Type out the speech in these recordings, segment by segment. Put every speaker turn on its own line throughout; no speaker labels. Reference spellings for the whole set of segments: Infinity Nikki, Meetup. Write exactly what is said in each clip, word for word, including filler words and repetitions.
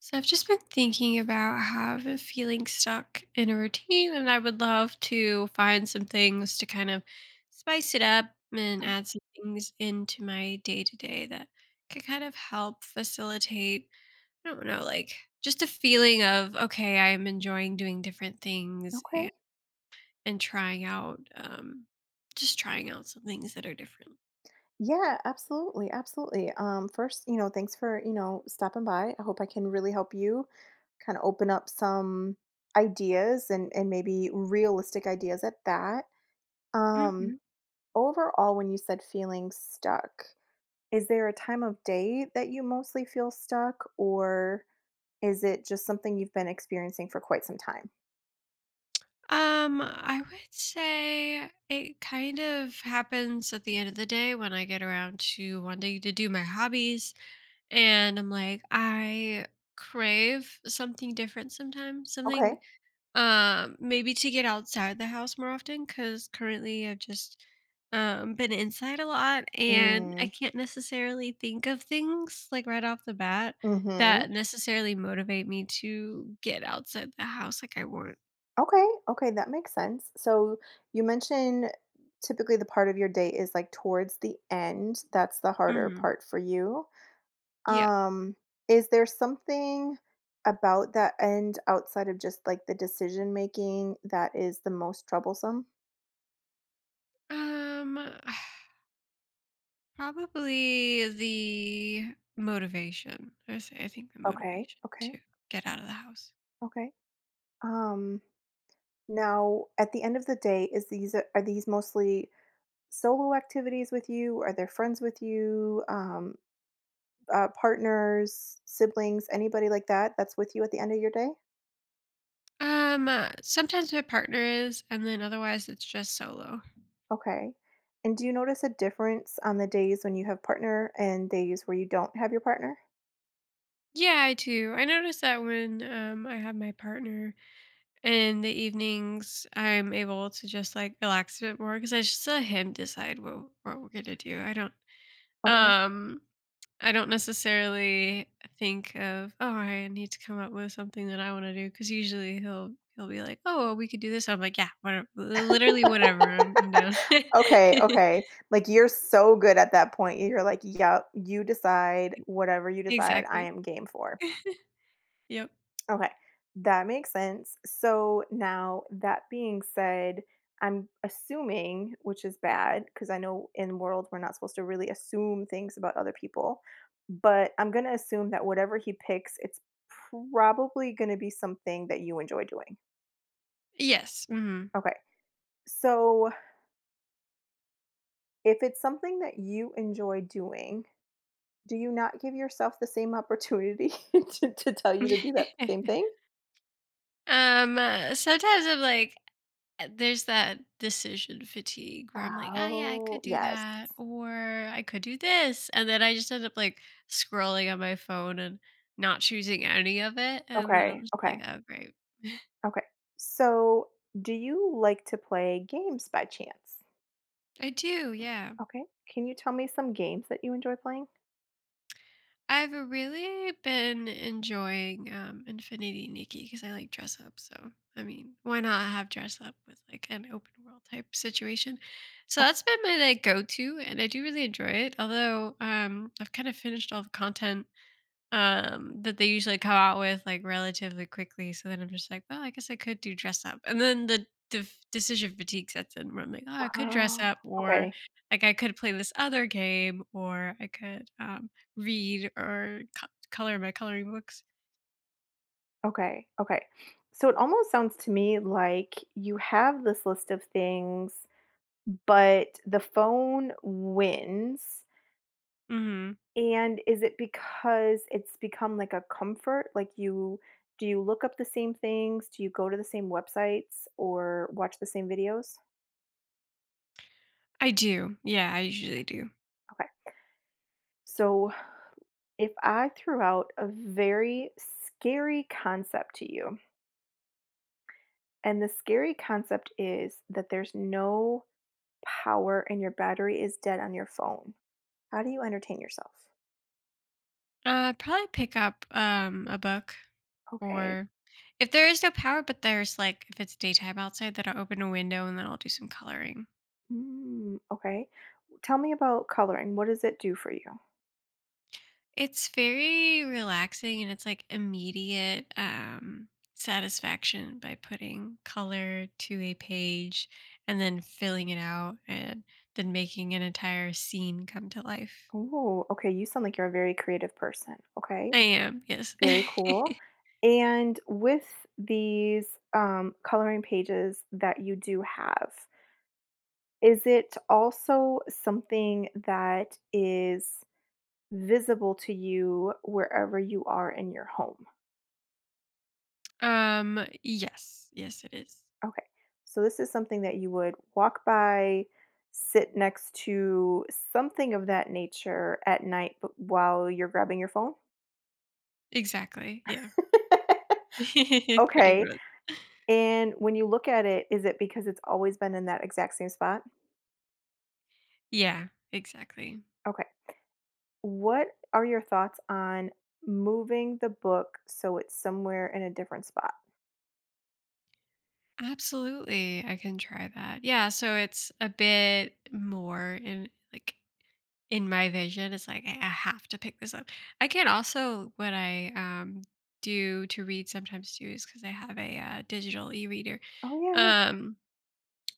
So I've just been thinking about how I've been feeling stuck in a routine, and I would love to find some things to kind of spice it up and add some things into my day to day that could kind of help facilitate, I don't know, like just a feeling of, okay, I'm enjoying doing different things
Okay.
and, and trying out, um, just trying out some things that are different.
Yeah, absolutely, absolutely. Um, first, you know, thanks for, you know, stopping by. I hope I can really help you kind of open up some ideas and and maybe realistic ideas at that. Um,
Mm-hmm.
overall, when you said feeling stuck, is there a time of day that you mostly feel stuck, or is it just something you've been experiencing for quite some time?
Um, I would say it kind of happens at the end of the day when I get around to wanting to do my hobbies, and I'm like, I crave something different sometimes,
Okay.
something um maybe to get outside the house more often because currently I've just um been inside a lot, and I
Mm,
can't necessarily think of things like right off the bat
mm-hmm.
that necessarily motivate me to get outside the house like I want.
Okay, okay, that makes sense. So you mentioned typically the part of your day is like towards the end. That's the harder
Hmm.
part for you.
Yeah.
Um, is there something about that end outside of just like the decision making that is the most troublesome?
Um, probably the motivation. I say I think the
Okay,
motivation
okay,
to get out of the house.
okay. Um, now at the end of the day, is these uh, are these mostly solo activities with you? Are there friends with you? Um, Uh, partners, siblings, anybody like that that's with you at the end of your day?
Um, uh, sometimes my partner is, and then otherwise it's just solo.
Okay. And do you notice a difference on the days when you have partner and days where you don't have your partner?
Yeah, I do. I notice that when um I have my partner in the evenings, I'm able to just like relax a bit more because I just let him decide what what we're gonna do. I don't—
Okay.
Um, I don't necessarily think of, "Oh, I need to come up with something that I wanna do," do because usually he'll he'll be like, "Oh, well, we could do this." I'm like, "Yeah, whatever, literally whatever, I'm I'm down."
Okay, okay. Like, you're so good at that point. You're like, "Yep, you decide. Whatever you decide, I
Exactly.
am game for."
Yep.
Okay, that makes sense. So now that being said, I'm assuming, which is bad because I know in world we're not supposed to really assume things about other people, but I'm going to assume that whatever he picks, it's probably going to be something that you enjoy doing.
Yes, mhm.
Okay. So if it's something that you enjoy doing, do you not give yourself the same opportunity to, to tell you to do that same thing?
Um, Uh, sometimes I'm like, uh, there's that decision fatigue where I'm like, ah, yeah, I could
Oh,
do
yes.
that, or I could do this. And then I just end up like scrolling on my phone and not choosing any of it. And then I'm
Okay.
just like,
Okay.
oh, great.
Okay. So, do you like to play games by chance?
I do, yeah.
Okay. Can you tell me some games that you enjoy playing?
I've really been enjoying, um, Infinity Nikki, because I like dress up. So, I mean, why not have dress up with like an open world type situation? So that's been my like go to, and I do really enjoy it. Although, um, I've kind of finished all the content um that they usually come out with like relatively quickly. So then I'm just like, well, I guess I could do dress up, and then the the f- decision fatigue sets in where I'm like, oh, I could dress
Oh,
up, or
okay.
like I could play this other game, or I could um read or co- color my coloring books.
Okay. Okay. So it almost sounds to me like you have this list of things, but the phone wins.
Hmm.
And is it because it's become like a comfort? Like you do you look up the same things? Do you go to the same websites or watch the same videos?
I do, yeah, I usually do.
Okay. So if I threw out a very scary concept to you, and the scary concept is that there's no power and your battery is dead on your phone, how do you entertain yourself?
Uh, probably pick up um a book,
Okay.
or if there is no power, but there's like, if it's daytime outside, then I'll open a window and then I'll do some coloring.
Mm, okay. Tell me about coloring. What does it do for you?
It's very relaxing, and it's like immediate, um, satisfaction by putting color to a page and then filling it out and then making an entire scene come to life.
Oh, okay. You sound like you're a very creative person. Okay.
I am, yes.
Very cool. And with these um, coloring pages that you do have, is it also something that is visible to you wherever you are in your home?
Um, yes, yes, it is.
Okay. So this is something that you would walk by, sit next to, something of that nature at night b while you're grabbing your phone?
Exactly. Yeah. Pretty
Okay,
much.
and when you look at it, is it because it's always been in that exact same spot?
Yeah, exactly.
Okay. What are your thoughts on moving the book so it's somewhere in a different spot?
Absolutely. I can try that. Yeah. So it's a bit more in like in my vision, it's like i I have to pick this up. I can also, what I um do to read sometimes too, is because I have a, uh, digital e-reader,
Oh, yeah.
um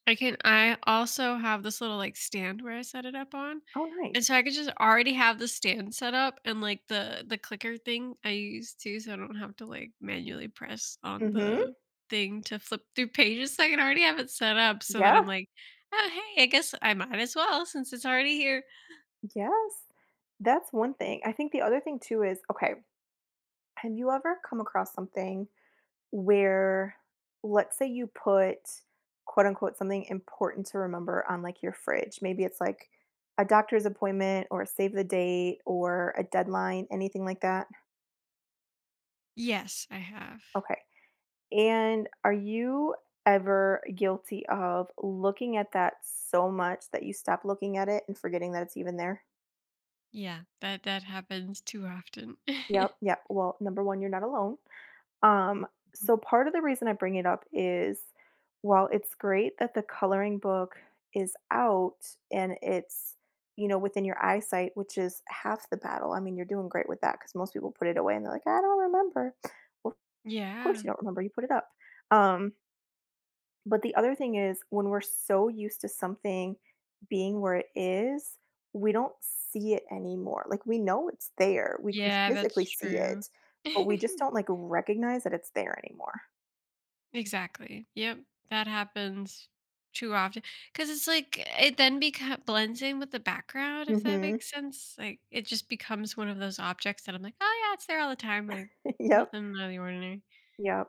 I can, I also have this little like stand where I set it up on,
Oh, nice.
and so I could just already have the stand set up and like the the clicker thing I use too, so I don't have to like manually press on
Mhm.
the thing to flip through pages. So I can already have it set up so that
Yeah.
I'm like, oh, hey, I guess I might as well, since it's already here.
Yes. That's one thing. I think the other thing too is, okay, have you ever come across something where let's say you put quote unquote something important to remember on like your fridge. Maybe it's like a doctor's appointment or a save the date or a deadline, anything like that?
Yes, I have.
Okay. And are you ever guilty of looking at that so much that you stop looking at it and forgetting that it's even there?
Yeah, that that happens too often.
Yep, yep. Well, number one, you're not alone. Um,
Mhm.
so part of the reason I bring it up is while it's great that the coloring book is out and it's, you know, within your eyesight, which is half the battle. I mean, you're doing great with that because most people put it away and they're like, "I don't remember." Well, of course
Yeah.
you don't remember, you put it up. Um, but the other thing is, when we're so used to something being where it is, we don't see it anymore. Like we know it's there, we can
Yeah, that's
physically see
true.
it, but we just don't like recognize that it's there anymore.
Exactly. Yep, that happens too often because it's like it then becomes blends in with the background, if that
Hmm.
makes sense. Like, it just becomes one of those objects that I'm like, "Oh, yeah, it's there all the time," like,
Yep.
nothing out of the ordinary.
Yep.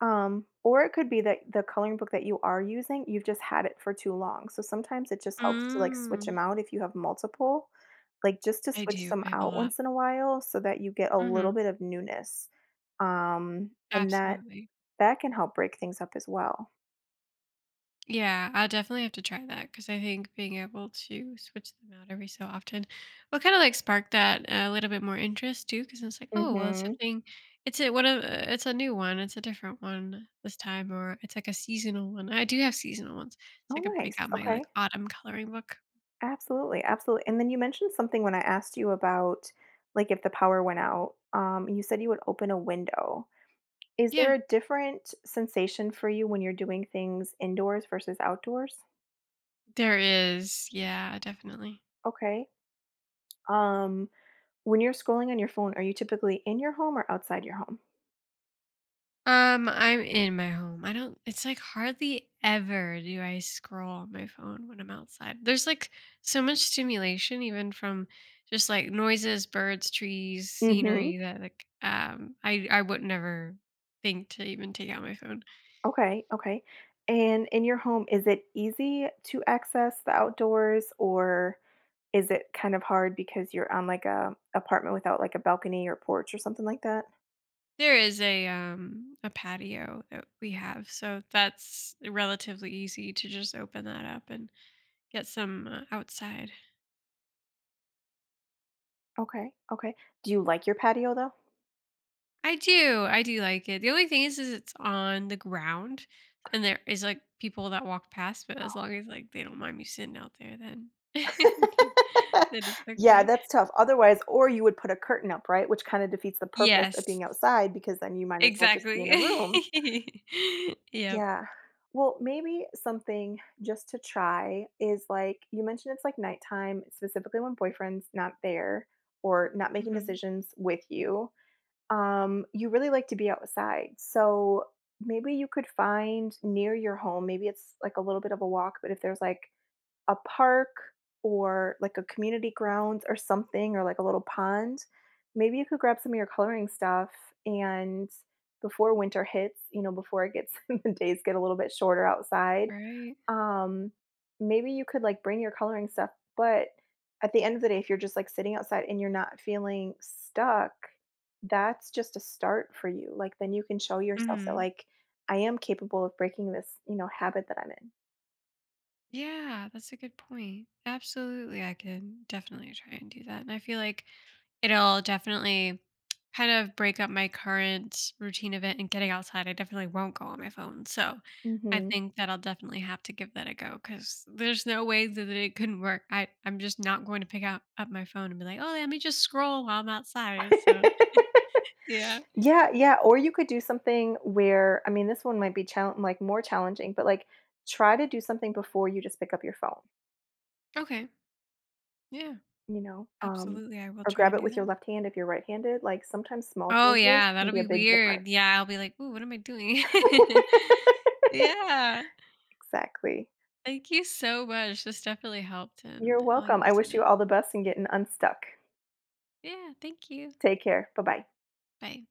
Um, or it could be that the coloring book that you are using, you've just had it for too long. So sometimes it just helps to like switch them
Mm.
out if you have multiple, like just to
I
switch
do,
them
I have a
out
lot.
once in a while so that you get a little
Mhm.
bit of newness. Um, and that
Absolutely.
that can help break things up as well.
Yeah, I'll definitely have to try that, because I think being able to switch them out every so often will kind of like spark that a little bit more interest too. Because it's like, oh, well, it's
Mhm.
something, it's a what a, it's a new one, it's a different one this time, or it's like a seasonal one. I do have seasonal ones, so I
Oh,
could break
nice.
out my like
Okay.
autumn coloring book.
Absolutely, absolutely, and then you mentioned something when I asked you about, like, if the power went out, um, you said you would open a window. Is there
Yeah,
a different sensation for you when you're doing things indoors versus outdoors?
there is. Yeah, definitely.
Okay. Um, when you're scrolling on your phone, are you typically in your home or outside your home?
Um, I'm in my home. I don't— it's like hardly ever do I scroll on my phone when I'm outside. There's like so much stimulation even from just like noises, birds, trees,
Mhm.
scenery, that like um I I would never think to even take out my phone.
Okay, okay, and in your home, is it easy to access the outdoors or is it kind of hard because you're on, like, a apartment without, like, a balcony or porch or something like that?
There is a um a patio that we have, so that's relatively easy to just open that up and get some, uh, outside.
Okay, okay. Do you like your patio, though?
I do. I do like it. The only thing is, is it's on the ground, and there is like people that walk past. But as long as like they don't mind me sitting out there, then then it's
Yeah,
okay.
that's tough. Otherwise or you would put a curtain up, right? Which kinda defeats the purpose of
Yes,
being outside because then you might as well just be in
exactly.
a room.
Yep.
Yeah. Well, maybe something just to try is, like you mentioned it's, like, nighttime, specifically when boyfriend's not there or not making
Hmm.
decisions with you. Um, you really like to be outside. So maybe you could find near your home, maybe it's like a little bit of a walk, but if there's like a park or like a community grounds or something or like a little pond, maybe you could grab some of your coloring stuff and before winter hits, you know, before it gets the days get a little bit shorter outside,
Right.
um, maybe you could, like, bring your coloring stuff, but at the end of the day, if you're just, like, sitting outside and you're not feeling stuck, that's just a start for you, like, then you can show yourself that,
Hmm.
like, "I am capable of breaking this, you know, habit that I'm in."
Yeah, that's a good point. Absolutely, I can definitely try and do that. And I feel like it'll definitely kind of break up my current routine of it and getting outside. I definitely won't go on my phone. So I
Mhm.
think that I'll definitely have to give that a go, because there's no way that it couldn't work. I, I'm just not going to pick out up my phone and be like, oh, let me just scroll while I'm outside. So yeah.
Yeah, yeah, or you could do something where I mean, this one might be chal like, more challenging, but, like, try to do something before you just pick up your phone,
Okay. Yeah.
you know, um,
Absolutely. I will
or
try
grab
and
it
do
with
that.
your left hand if you're right-handed, like, sometimes small
Oh
changes
yeah,
can
that'll
be a
be
big
weird.
difference.
Yeah, I'll be like, ooh, what am I doing? Yeah.
Exactly.
Thank you so much. This definitely helped,
You're
and I'll
welcome. I
use
wish you
it.
all the best in getting unstuck.
Yeah, thank you.
Take care. Bye bye.
Bye.